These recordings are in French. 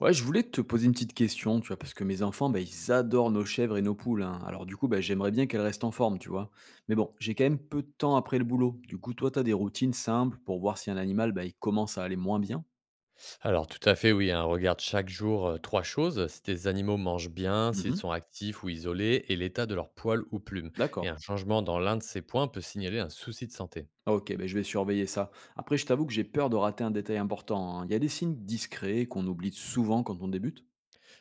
Ouais, je voulais te poser une petite question, tu vois, parce que mes enfants, bah, ils adorent nos chèvres et nos poules, hein. Alors du coup, bah, j'aimerais bien qu'elles restent en forme, tu vois. Mais bon, j'ai quand même peu de temps après le boulot. Du coup, toi, tu as des routines simples pour voir si un animal, bah, il commence à aller moins bien. Alors tout à fait, oui, hein, regarde chaque jour trois choses, si tes animaux mangent bien, s'ils Mhm. sont actifs ou isolés, et l'état de leurs poils ou plumes. Et D'accord. un changement dans l'un de ces points peut signaler un souci de santé. Ah, Ok, bah, je vais surveiller ça. Après, je t'avoue que j'ai peur de rater un détail important, hein. Il y a des signes discrets qu'on oublie souvent quand on débute.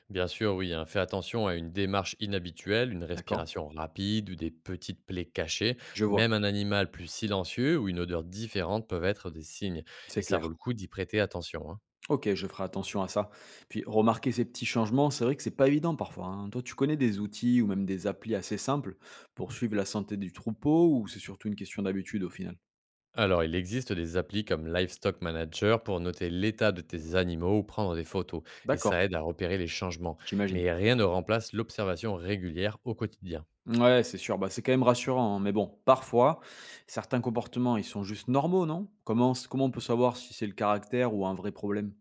Bien sûr, oui, hein, fais attention à une démarche inhabituelle, une D'accord. respiration rapide ou des petites plaies cachées. Je vois, Même un animal plus silencieux ou une odeur différente peuvent être des signes, et c'est ça clair. vaut le coup d'y prêter attention. Hein. OK, je ferai attention à ça. Puis remarquer ces petits changements, c'est vrai que c'est pas évident parfois, hein. Toi, tu connais des outils ou même des applis assez simples pour suivre la santé du troupeau ou c'est surtout une question d'habitude au final? Alors, il existe des applis comme Livestock Manager pour noter l'état de tes animaux ou prendre des photos, et D'accord, ça aide à repérer les changements. j'imagine. Mais rien ne remplace l'observation régulière au quotidien. Ouais, c'est sûr, bah, c'est quand même rassurant, hein. Mais bon, parfois, certains comportements, ils sont juste normaux, non? Comment on peut savoir si c'est le caractère ou un vrai problème?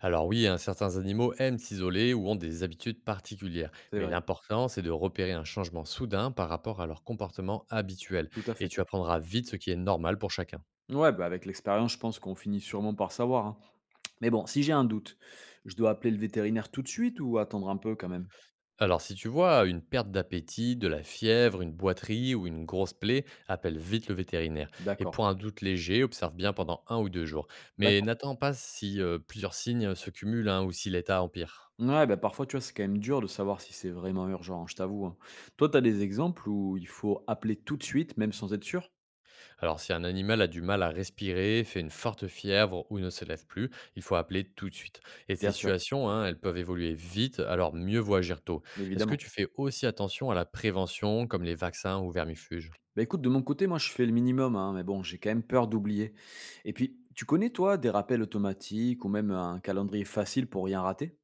Alors oui, hein, certains animaux aiment s'isoler ou ont des habitudes particulières, C'est mais vrai, l'important, c'est de repérer un changement soudain par rapport à leur comportement habituel, tout à et fait. tu apprendras vite ce qui est normal pour chacun. Ouais, bah avec l'expérience, je pense qu'on finit sûrement par savoir, hein. Mais bon, si j'ai un doute, je dois appeler le vétérinaire tout de suite ou attendre un peu quand même? Alors si tu vois une perte d'appétit, de la fièvre, une boiterie ou une grosse plaie, appelle vite le vétérinaire. Et D'accord. pour un doute léger, observe bien pendant un ou deux jours. Mais D'accord. n'attends pas si plusieurs signes se cumulent hein, ou si l'état empire. Ouais, bah, parfois, tu vois, c'est quand même dur de savoir si c'est vraiment urgent, hein, je t'avoue, hein. Toi, tu as des exemples où il faut appeler tout de suite, même sans être sûr? Alors si un animal a du mal à respirer, fait une forte fièvre ou ne se lève plus, il faut appeler tout de suite. Et ces Bien sûr, situations, hein, elles peuvent évoluer vite, alors mieux vaut agir tôt. Est-ce que évidemment. tu fais aussi attention à la prévention comme les vaccins ou vermifuges? Bah, écoute, de mon côté, moi, je fais le minimum, hein, mais bon, j'ai quand même peur d'oublier. Et puis, tu connais, toi, des rappels automatiques ou même un calendrier facile pour rien rater?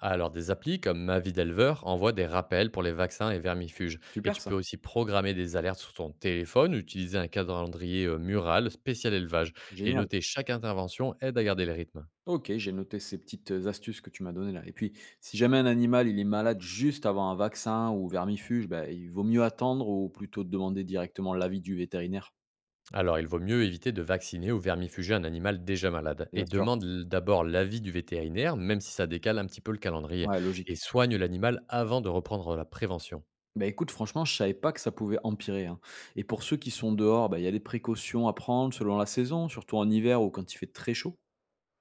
Alors, des applis comme Ma vie d'éleveur envoient des rappels pour les vaccins et vermifuges. Et Super, tu peux ça. aussi programmer des alertes sur ton téléphone, utiliser un calendrier mural spécial élevage et Génial. noter chaque intervention aide à garder le rythme. Ok, j'ai noté ces petites astuces que tu m'as données là. Et puis, si jamais un animal il est malade juste avant un vaccin ou vermifuge, bah, il vaut mieux attendre ou plutôt demander directement l'avis du vétérinaire. Alors, il vaut mieux éviter de vacciner ou vermifuger un animal déjà malade Bien et sûr. demande d'abord l'avis du vétérinaire, même si ça décale un petit peu le calendrier, Ouais, et logique. soigne l'animal avant de reprendre la prévention. Bah, écoute, franchement, je savais pas que ça pouvait empirer, hein. Et pour ceux qui sont dehors, bah, il y a des précautions à prendre selon la saison, surtout en hiver ou quand il fait très chaud?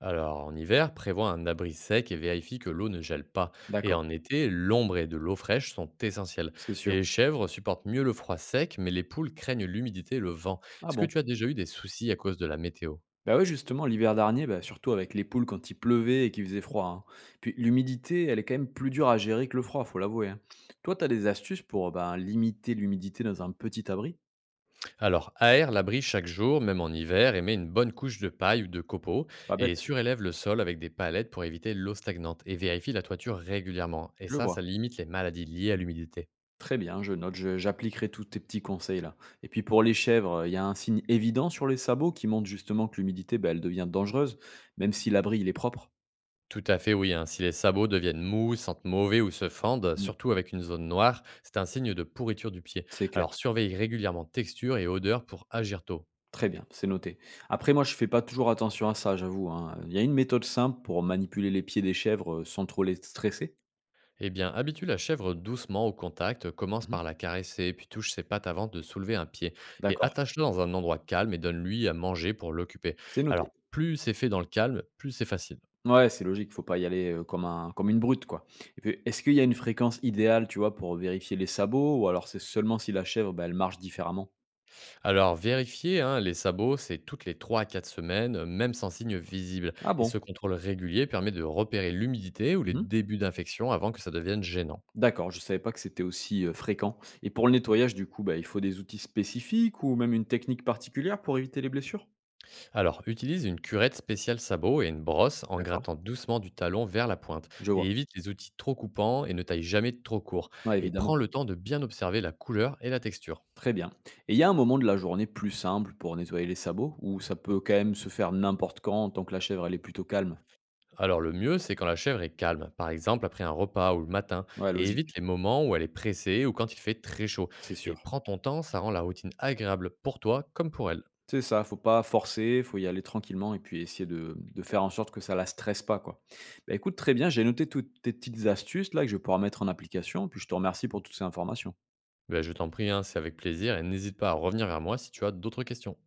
Alors, en hiver, prévois un abri sec et vérifie que l'eau ne gèle pas. Et D'accord, en été, l'ombre et de l'eau fraîche sont essentielles. c'est Et sûr. les chèvres supportent mieux le froid sec, mais les poules craignent l'humidité et le vent. Ah Est-ce que bon? tu as déjà eu des soucis à cause de la météo? Bah ouais, justement, l'hiver dernier, bah, surtout avec les poules quand il pleuvait et qu'il faisait froid, hein. Puis l'humidité, elle est quand même plus dure à gérer que le froid, faut l'avouer, hein. Toi, t'as des astuces pour, bah, limiter l'humidité dans un petit abri? Alors, aère l'abri chaque jour, même en hiver, et mets une bonne couche de paille ou de copeaux, Pas et bête, surélève le sol avec des palettes pour éviter l'eau stagnante, et vérifie la toiture régulièrement. Et je le ça vois. limite les maladies liées à l'humidité. Très bien, je note, j'appliquerai tous tes petits conseils là. Et puis pour les chèvres, il y a un signe évident sur les sabots qui montre justement que l'humidité, ben, elle devient dangereuse, même si l'abri il est propre. Tout à fait, oui. hein. Si les sabots deviennent mous, sentent mauvais ou se fendent, Mm, surtout avec une zone noire, c'est un signe de pourriture du pied. c'est clair. Alors surveille régulièrement texture et odeur pour agir tôt. Très bien, c'est noté. Après, moi, je fais pas toujours attention à ça, j'avoue, hein. Il y a une méthode simple pour manipuler les pieds des chèvres sans trop les stresser. Eh bien, habitue la chèvre doucement au contact, commence Mhm. par la caresser, puis touche ses pattes avant de soulever un pied, et D'accord, attache-le dans un endroit calme et donne-lui à manger pour l'occuper. c'est Alors, noté. plus c'est fait dans le calme, plus c'est facile. Ouais, c'est logique, faut pas y aller comme, un, comme une brute, quoi. Et puis, est-ce qu'il y a une fréquence idéale, tu vois, pour vérifier les sabots, ou alors c'est seulement si la chèvre, ben, elle marche différemment? Alors, vérifier hein, les sabots, c'est toutes les 3 à 4 semaines, même sans signe visible. Ah Et ce bon. contrôle régulier permet de repérer l'humidité ou les Mmh. débuts d'infection avant que ça devienne gênant. D'accord, je ne savais pas que c'était aussi, fréquent, et pour le nettoyage du coup, bah, il faut des outils spécifiques ou même une technique particulière pour éviter les blessures? Alors, utilise une curette spéciale sabot et une brosse en D'accord, grattant doucement du talon vers la pointe. je vois. Et évite les outils trop coupants et ne taille jamais trop court. Ouais, Et prends évidemment. le temps de bien observer la couleur et la texture. Très bien, et il y a un moment de la journée plus simple pour nettoyer les sabots ou ça peut quand même se faire n'importe quand tant que la chèvre elle est plutôt calme? Alors le mieux, c'est quand la chèvre est calme, par exemple après un repas ou le matin, Ouais, et logique, évite les moments où elle est pressée ou quand il fait très chaud. c'est sûr. Et prends ton temps, ça rend la routine agréable pour toi comme pour elle. C'est ça, faut pas forcer, faut y aller tranquillement et puis essayer de faire en sorte que ça la stresse pas, quoi. Bah, écoute, très bien, j'ai noté toutes tes petites astuces là que je vais pouvoir mettre en application puis je te remercie pour toutes ces informations. Ben, je t'en prie, hein, c'est avec plaisir, et n'hésite pas à revenir vers moi si tu as d'autres questions.